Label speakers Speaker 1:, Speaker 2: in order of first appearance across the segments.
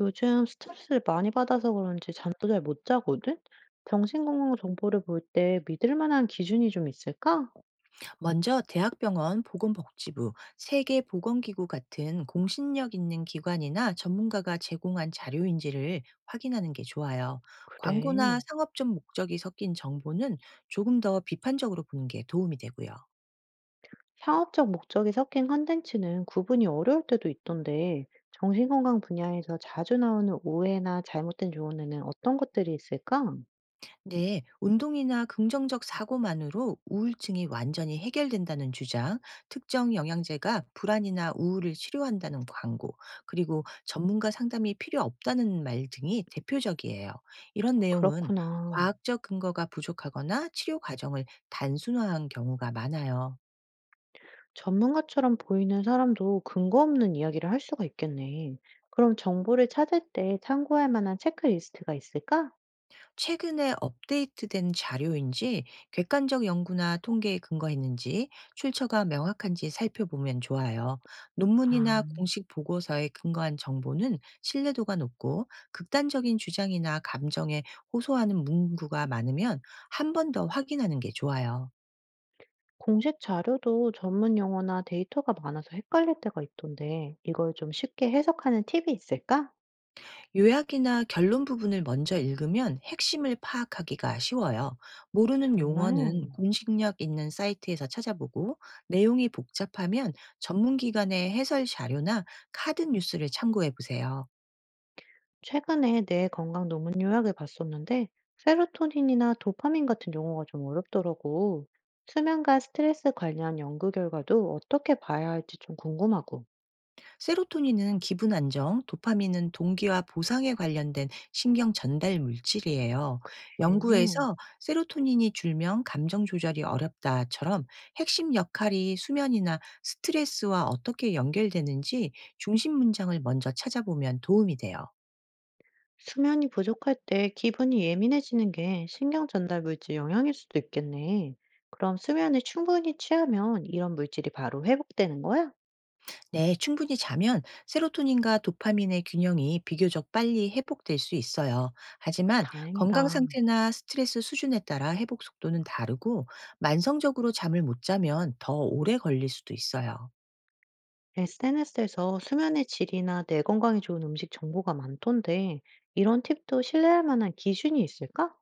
Speaker 1: 요즘 스트레스를 많이 받아서 그런지 잠도 잘 못 자거든? 정신건강 정보를 볼 때 믿을 만한 기준이 좀 있을까?
Speaker 2: 먼저 대학병원, 보건복지부, 세계보건기구 같은 공신력 있는 기관이나 전문가가 제공한 자료인지를 확인하는 게 좋아요. 광고나
Speaker 1: 그래.
Speaker 2: 상업적 목적이 섞인 정보는 조금 더 비판적으로 보는 게 도움이 되고요.
Speaker 1: 상업적 목적이 섞인 콘텐츠는 구분이 어려울 때도 있던데, 정신건강 분야에서 자주 나오는 오해나 잘못된 조언에는 어떤 것들이 있을까?
Speaker 2: 네, 운동이나 긍정적 사고만으로 우울증이 완전히 해결된다는 주장, 특정 영양제가 불안이나 우울을 치료한다는 광고, 그리고 전문가 상담이 필요 없다는 말 등이 대표적이에요. 이런 내용은
Speaker 1: 그렇구나.
Speaker 2: 과학적 근거가 부족하거나 치료 과정을 단순화한 경우가 많아요.
Speaker 1: 전문가처럼 보이는 사람도 근거 없는 이야기를 할 수가 있겠네. 그럼 정보를 찾을 때 참고할 만한 체크리스트가 있을까?
Speaker 2: 최근에 업데이트된 자료인지 객관적 연구나 통계에 근거했는지 출처가 명확한지 살펴보면 좋아요. 논문이나
Speaker 1: 아.
Speaker 2: 공식 보고서에 근거한 정보는 신뢰도가 높고 극단적인 주장이나 감정에 호소하는 문구가 많으면 한 번 더 확인하는 게 좋아요.
Speaker 1: 공식 자료도 전문 용어나 데이터가 많아서 헷갈릴 때가 있던데, 이걸 좀 쉽게 해석하는 팁이 있을까?
Speaker 2: 요약이나 결론 부분을 먼저 읽으면 핵심을 파악하기가 쉬워요. 모르는
Speaker 1: 정말,
Speaker 2: 용어는 공식력 있는 사이트에서 찾아보고 내용이 복잡하면 전문기관의 해설 자료나 카드 뉴스를 참고해 보세요.
Speaker 1: 최근에 뇌 건강 논문 요약을 봤었는데, 세로토닌이나 도파민 같은 용어가 좀 어렵더라고. 수면과 스트레스 관련 연구 결과도 어떻게 봐야 할지 좀 궁금하고.
Speaker 2: 세로토닌은 기분 안정, 도파민은 동기와 보상에 관련된 신경 전달 물질이에요.
Speaker 1: 음,
Speaker 2: 연구에서 세로토닌이 줄면 감정 조절이 어렵다처럼 핵심 역할이 수면이나 스트레스와 어떻게 연결되는지 중심 문장을 먼저 찾아보면 도움이 돼요.
Speaker 1: 수면이 부족할 때 기분이 예민해지는 게 신경 전달 물질 영향일 수도 있겠네. 그럼 수면을 충분히 취하면 이런 물질이 바로 회복되는 거야?
Speaker 2: 네, 충분히 자면 세로토닌과 도파민의 균형이 비교적 빨리 회복될 수 있어요. 하지만 건강
Speaker 1: 다행이다.
Speaker 2: 상태나 스트레스 수준에 따라 회복 속도는 다르고 만성적으로 잠을 못 자면 더 오래 걸릴 수도 있어요.
Speaker 1: SNS에서 수면의 질이나 뇌 건강에 좋은 음식 정보가 많던데, 이런 팁도 신뢰할 만한 기준이 있을까?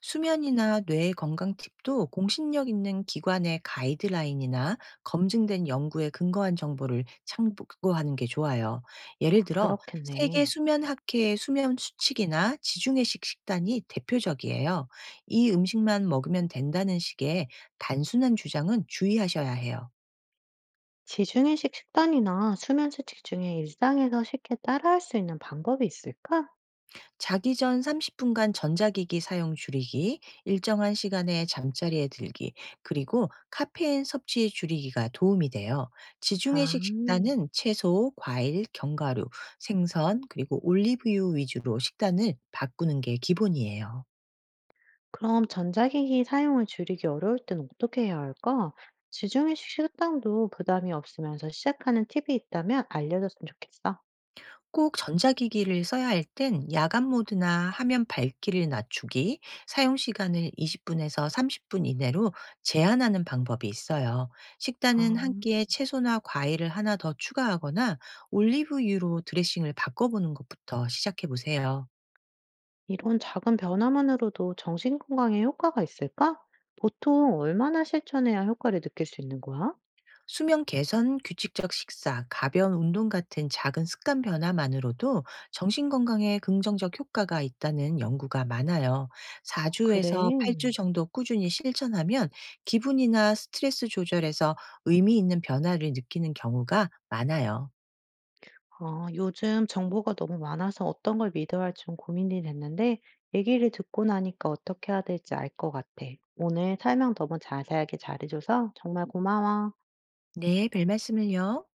Speaker 2: 수면이나 뇌 건강 팁도 공신력 있는 기관의 가이드라인이나 검증된 연구에 근거한 정보를 참고하는 게 좋아요. 예를 들어
Speaker 1: 그렇겠네.
Speaker 2: 세계 수면 학회의 수면 수칙이나 지중해식 식단이 대표적이에요. 이 음식만 먹으면 된다는 식의 단순한 주장은 주의하셔야 해요.
Speaker 1: 지중해식 식단이나 수면 수칙 중에 일상에서 쉽게 따라할 수 있는 방법이 있을까?
Speaker 2: 자기 전 30 분간 전자기기 사용 줄이기, 일정한 시간에 잠자리에 들기, 그리고 카페인 섭취 줄이기가 도움이 돼요.
Speaker 1: 아,
Speaker 2: 지중해식 식단은 채소, 과일, 견과류, 생선, 그리고 올리브유 위주로 식단을 바꾸는 게 기본이에요.
Speaker 1: 그럼 전자기기 사용을 줄이기 어려울 땐 어떻게 해야 할까? 지중해식 식단도 부담이 없으면서 시작하는 팁이 있다면 알려줬으면 좋겠어.
Speaker 2: 꼭 전자기기를 써야 할 땐 야간 모드나 화면 밝기를 낮추기, 사용 시간을 20분에서 30분 이내로 제한하는 방법이 있어요.
Speaker 1: 아.
Speaker 2: 식단은 한 끼에 채소나 과일을 하나 더 추가하거나 올리브유로 드레싱을 바꿔보는 것부터 시작해 보세요.
Speaker 1: 이런 작은 변화만으로도 정신 건강에 효과가 있을까? 보통 얼마나 실천해야 효과를 느낄 수 있는 거야?
Speaker 2: 수면 개선, 규칙적 식사, 가벼운 운동 같은 작은 습관 변화만으로도 정신 건강에 긍정적 효과가 있다는 연구가 많아요. 4주에서
Speaker 1: 그래.
Speaker 2: 8주 정도 꾸준히 실천하면 기분이나 스트레스 조절에서 의미 있는 변화를 느끼는 경우가 많아요.
Speaker 1: 아, 요즘 정보가 너무 많아서 어떤 걸 믿어야 할지 좀 고민이 됐는데, 얘기를 듣고 나니까 어떻게 해야 될지 알 것 같아. 오늘 설명 너무 자세하게 잘해줘서 정말 고마워.
Speaker 2: 네, 별 말씀을요.